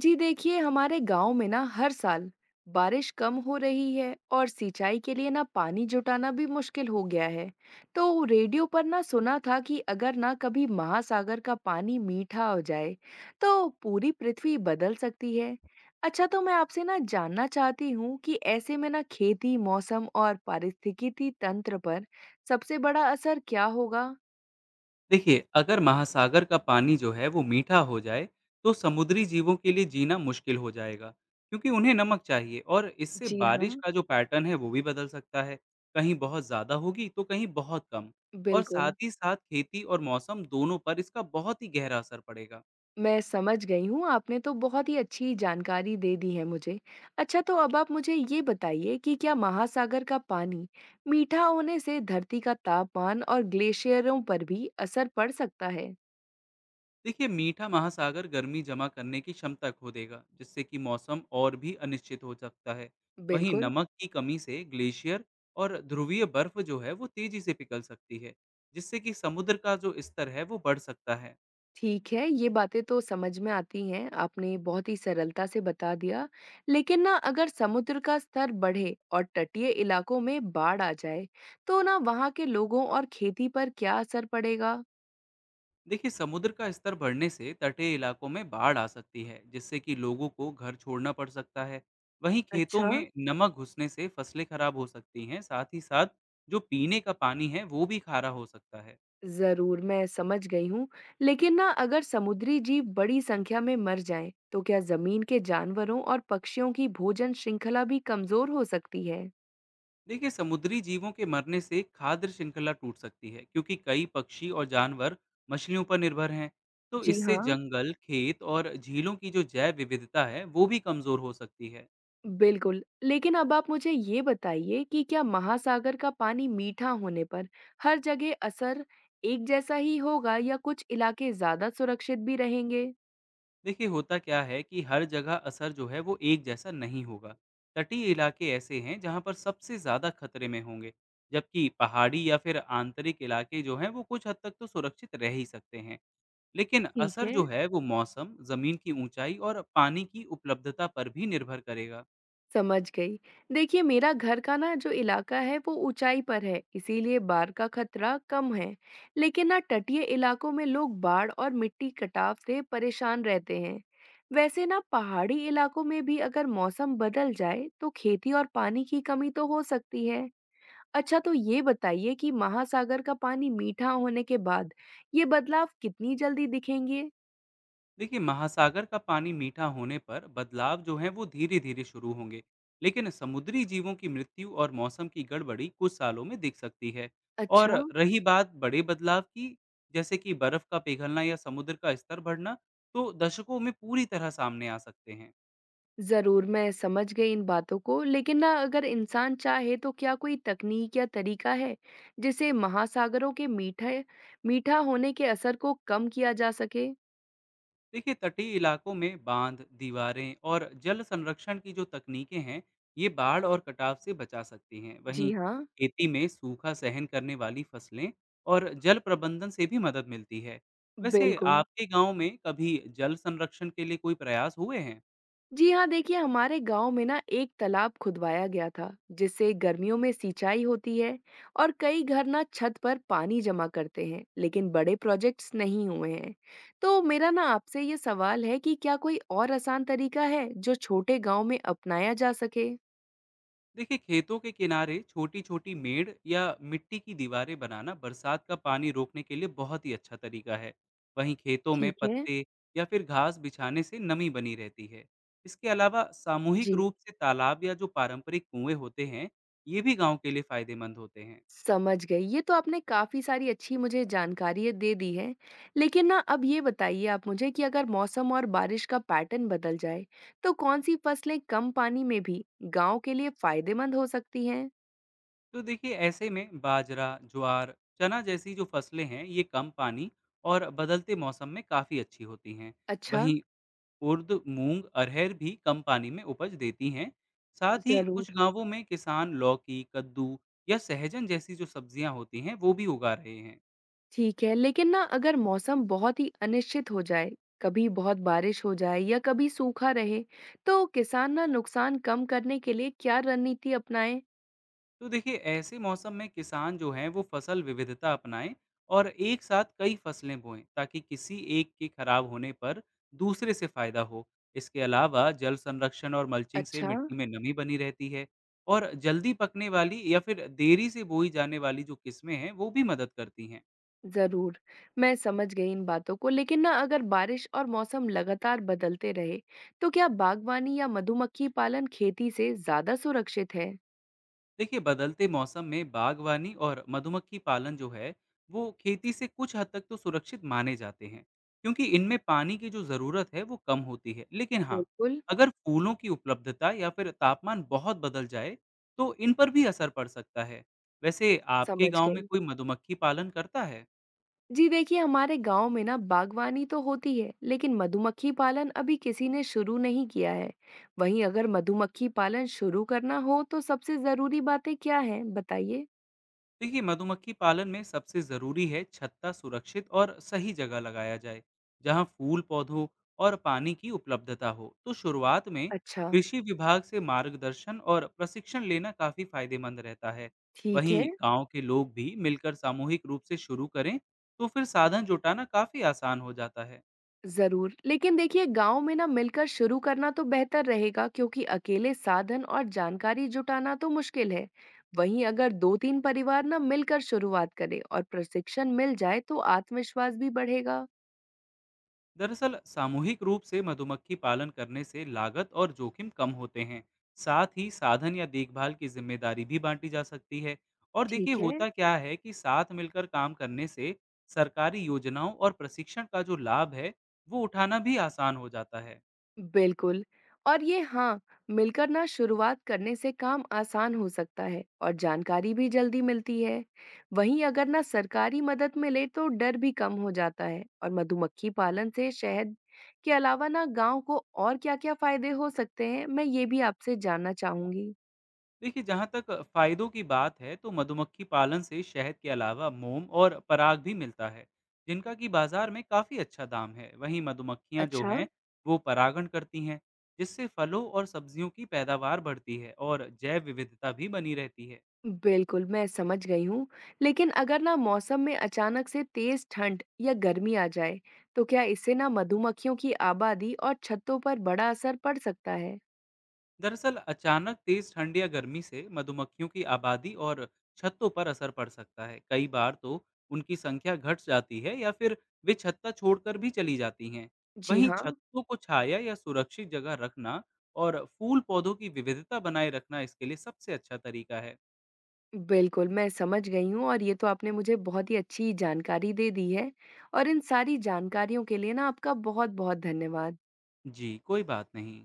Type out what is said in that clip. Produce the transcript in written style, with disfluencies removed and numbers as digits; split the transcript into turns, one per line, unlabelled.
जी देखिए, हमारे गांव में ना हर साल बारिश कम हो रही है और सिंचाई के लिए ना पानी जुटाना भी मुश्किल हो गया है। तो रेडियो पर ना सुना था कि अगर ना कभी महासागर का पानी मीठा हो जाए तो पूरी पृथ्वी बदल सकती है। अच्छा, तो मैं आपसे ना जानना चाहती हूँ कि ऐसे में ना खेती, मौसम और पारिस्थितिकी तंत्र पर सबसे बड़ा असर क्या होगा।
देखिए अगर महासागर का पानी जो है वो मीठा हो जाए तो समुद्री जीवों के लिए जीना मुश्किल हो जाएगा, क्योंकि उन्हें नमक चाहिए। और इससे
जी हाँ।
बारिश का जो पैटर्न है वो भी बदल सकता है। कहीं बहुत ज़्यादा होगी तो कहीं बहुत कम। और साथ
बिल्कुल।
ही साथ खेती और मौसम दोनों पर इसका बहुत ही गहरा असर पड़ेगा।
मैं समझ गई हूँ, आपने तो बहुत ही अच्छी जानकारी दे दी है मुझे। अच्छा, तो अब आप मुझे ये बताइए कि क्या महासागर का पानी मीठा होने से धरती का तापमान और ग्लेशियरों पर भी असर पड़ सकता है?
देखिए मीठा महासागर गर्मी जमा करने की क्षमता खो देगा, जिससे कि मौसम और भी अनिश्चित हो सकता है। वहीं
बिल्कुल।
नमक की कमी से ग्लेशियर और ध्रुवीय बर्फ जो है वो तेजी से पिघल सकती है, जिससे कि समुद्र का जो स्तर है वो बढ़ सकता है।
ठीक है, ये बातें तो समझ में आती हैं, आपने बहुत ही सरलता से बता दिया। लेकिन ना अगर समुद्र का स्तर बढ़े और तटीय इलाकों में बाढ़ आ जाए, तो ना वहाँ के लोगों और खेती पर क्या असर पड़ेगा?
देखिए समुद्र का स्तर बढ़ने से तटीय इलाकों में बाढ़ आ सकती है, जिससे कि लोगों को घर छोड़ना पड़ सकता है। वहीं खेतों
अच्छा।
में नमक घुसने से फसलें खराब हो सकती हैं। साथ ही साथ जो पीने का पानी है वो भी खारा हो सकता है।
जरूर, मैं समझ गई हूँ। लेकिन ना अगर समुद्री जीव बड़ी संख्या में मर जाएं, तो क्या जमीन के जानवरों और पक्षियों की भोजन श्रृंखला भी कमजोर हो सकती है?
देखिए समुद्री जीवों के मरने से खाद्य श्रृंखला टूट सकती है, क्योंकि कई पक्षी और जानवर मछलियों पर निर्भर हैं। तो
जी
इससे
हाँ।
जंगल, खेत और झीलों की जो जैव विविधता है वो भी कमजोर हो सकती है।
बिल्कुल, लेकिन अब आप मुझे ये बताइए कि क्या महासागर का पानी मीठा होने पर हर जगह असर एक जैसा ही होगा, या कुछ इलाके ज्यादा सुरक्षित भी रहेंगे?
देखिए होता क्या है कि हर जगह असर जो है वो एक जैसा नहीं होगा। तटीय इलाके ऐसे हैं जहाँ पर सबसे ज्यादा खतरे में होंगे, जबकि पहाड़ी या फिर आंतरिक इलाके जो हैं वो कुछ हद तक तो सुरक्षित रह ही सकते हैं। लेकिन
ठीक
असर
है,
जो है वो मौसम, जमीन की ऊंचाई और पानी की उपलब्धता पर भी निर्भर करेगा।
समझ गई। देखिए, मेरा घर का ना जो इलाका है वो ऊंचाई पर है, इसीलिए बाढ़ का खतरा कम है। लेकिन ना तटीय इलाकों में लोग बाढ़ और मिट्टी कटाव से परेशान रहते हैं। वैसे ना पहाड़ी इलाकों में भी अगर मौसम बदल जाए तो खेती और पानी की कमी तो हो सकती है। अच्छा, तो ये बताइए कि महासागर का पानी मीठा होने के बाद ये बदलाव कितनी जल्दी दिखेंगे?
देखिए महासागर का पानी मीठा होने पर बदलाव जो है वो धीरे धीरे शुरू होंगे, लेकिन समुद्री जीवों की मृत्यु और मौसम की गड़बड़ी कुछ सालों में दिख सकती है। और
अच्छा।
रही बात बड़े बदलाव की, जैसे कि बर्फ का पिघलना या समुद्र का स्तर बढ़ना, तो दशकों में पूरी तरह सामने आ सकते हैं।
ज़रूर, मैं समझ गई इन बातों को। लेकिन ना अगर इंसान चाहे तो क्या कोई तकनीक या तरीका है, जिससे महासागरों के मीठे मीठा होने के असर को कम किया जा सके?
देखिए तटीय इलाकों में बांध, दीवारें और जल संरक्षण की जो तकनीकें हैं, ये बाढ़ और कटाव से बचा सकती हैं। वहीं
जी हाँ।
खेती में सूखा सहन करने वाली फसलें और जल प्रबंधन से भी मदद मिलती है। वैसे
बिल्कुल।
आपके गांव में कभी जल संरक्षण के लिए कोई प्रयास हुए हैं?
जी हाँ, देखिए, हमारे गांव में ना एक तालाब खुदवाया गया था, जिससे गर्मियों में सिंचाई होती है। और कई घर ना छत पर पानी जमा करते हैं, लेकिन बड़े प्रोजेक्ट्स नहीं हुए हैं। तो मेरा ना आपसे ये सवाल है कि क्या कोई और आसान तरीका है जो छोटे गांव में अपनाया जा सके?
देखिए खेतों के किनारे छोटी छोटी मेड़ या मिट्टी की दीवारें बनाना बरसात का पानी रोकने के लिए बहुत ही अच्छा तरीका है। वहीं खेतों में
ठीक है।
पत्ते या फिर घास बिछाने से नमी बनी रहती है। इसके अलावा सामूहिक
जी,
रूप से तालाब या जो पारंपरिक कुएं होते हैं, ये भी गांव के लिए फायदेमंद होते हैं।
समझ गई। ये तो आपने काफ़ी सारी अच्छी मुझे जानकारी दे दी है। लेकिन ना अब ये बताइए आप मुझे कि अगर मौसम और बारिश का पैटर्न बदल जाए, तो कौन-सी फसलें कम पानी में भी गाँव के लिए फ़ायदेमंद हो सकती हैं?
तो देखिए ऐसे में बाजरा, ज्वार, चना जैसी जो फसलें हैं, ये कम पानी और बदलते मौसम में काफ़ी अच्छी होती हैं।
अच्छा।
वहीं उर्द, मूंग, अरहर भी कम पानी में उपज देती हैं। साथ ही कुछ
ज़रूर।
गांवों में किसान लौकी, कद्दू या सहजन जैसी जो सब्जियां होती हैं वो भी उगा रहे हैं।
ठीक है, लेकिन ना अगर मौसम बहुत ही अनिश्चित हो जाए, कभी बहुत बारिश हो जाए या कभी सूखा रहे, तो किसान ना नुकसान कम करने के लिए क्या रणनीति अपनाएँ?
तो देखिए ऐसे मौसम में किसान जो हैं वो फसल विविधता अपनाएं और एक साथ कई फसलें बोएं, ताकि किसी एक के खराब होने पर दूसरे से फायदा हो। इसके अलावा जल संरक्षण और मल्चिंग से
अच्छा।
मिट्टी में नमी बनी रहती है। और जल्दी पकने वाली या फिर देरी से बोई जाने वाली जो किस्में हैं वो भी मदद करती हैं।
जरूर, मैं समझ गई इन बातों को। लेकिन ना अगर बारिश और मौसम लगातार बदलते रहे, तो क्या बागवानी या मधुमक्खी पालन खेती से ज्यादा सुरक्षित है?
देखिए बदलते मौसम में बागवानी और मधुमक्खी पालन जो है वो खेती से कुछ हद तक तो सुरक्षित माने जाते हैं, क्योंकि इनमें पानी की जो ज़रूरत है वो कम होती है। लेकिन हाँ,
बिल्कुल,
अगर फूलों की उपलब्धता या फिर तापमान बहुत बदल जाए तो इन पर भी असर पड़ सकता है। वैसे आपके
समझ
गांव में
गई।
कोई मधुमक्खी पालन करता है?
जी देखिए, हमारे गांव में ना बागवानी तो होती है, लेकिन मधुमक्खी पालन अभी किसी ने शुरू नहीं किया है। वहीं अगर मधुमक्खी पालन शुरू करना हो, तो सबसे जरूरी बातें क्या हैं? बताइए।
देखिए मधुमक्खी पालन में सबसे ज़रूरी है छत्ता सुरक्षित और सही जगह लगाया जाए, जहां फूल, पौधों और पानी की उपलब्धता हो। तो शुरुआत में
अच्छा।
कृषि विभाग से मार्गदर्शन और प्रशिक्षण लेना काफ़ी फायदेमंद रहता है।
ठीक
वहीं
है।
गांव के लोग भी मिलकर सामूहिक रूप से शुरू करें तो फिर साधन जुटाना काफ़ी आसान हो जाता है।
ज़रूर, लेकिन देखिए, गाँव में ना मिलकर शुरू करना तो बेहतर रहेगा क्योंकि अकेले साधन और जानकारी जुटाना तो मुश्किल है। वहीं अगर 2-3 परिवार ना मिलकर शुरुआत करें और प्रशिक्षण मिल जाए तो आत्मविश्वास भी बढ़ेगा।
दरअसल सामूहिक रूप से मधुमक्खी पालन करने से लागत और जोखिम कम होते हैं। साथ ही साधन या देखभाल की जिम्मेदारी भी बांटी जा सकती है। और देखिए
ठीक है।
होता क्या है कि साथ मिलकर काम करने से सरकारी योजनाओं और प्रशिक्षण का जो लाभ है वो उठाना भी आसान हो जाता है।
बिल्कुल। और ये हाँ, मिलकर ना शुरुआत करने से काम आसान हो सकता है और जानकारी भी जल्दी मिलती है। वहीं अगर ना सरकारी मदद मिले तो डर भी कम हो जाता है। और मधुमक्खी पालन से शहद के अलावा ना गांव को और क्या-क्या फायदे हो सकते हैं, मैं ये भी आपसे जानना चाहूंगी।
देखिए जहाँ तक फायदों की बात है तो मधुमक्खी पालन से शहद के अलावा मोम और पराग भी मिलता है, जिनका कि बाजार में काफ़ी अच्छा दाम है। वहीं मधुमक्खियाँ जो
अच्छा।
हैं वो परागण करती हैं, जिससे फलों और सब्जियों की पैदावार बढ़ती है और जैव विविधता भी बनी रहती है।
बिल्कुल, मैं समझ गई हूँ। लेकिन अगर ना मौसम में अचानक से तेज़ ठंड या गर्मी आ जाए, तो क्या इससे ना मधुमक्खियों की आबादी और छतों पर बड़ा असर पड़ सकता है?
दरअसल अचानक तेज ठंड या गर्मी से मधुमक्खियों की आबादी और छत्तों पर असर पड़ सकता है। कई बार तो उनकी संख्या घट जाती है या फिर वे छत्ता छोड़कर भी चली जाती हैं।
जी
वहीं
हाँ।
छत्तों को छाया या सुरक्षित जगह रखना और फूल पौधों की विविधता बनाए रखना इसके लिए सबसे अच्छा तरीका है।
बिल्कुल, मैं समझ गई हूँ और ये तो आपने मुझे बहुत ही अच्छी जानकारी दे दी है। और इन सारी जानकारियों के लिए ना आपका बहुत-बहुत धन्यवाद।
जी कोई बात नहीं।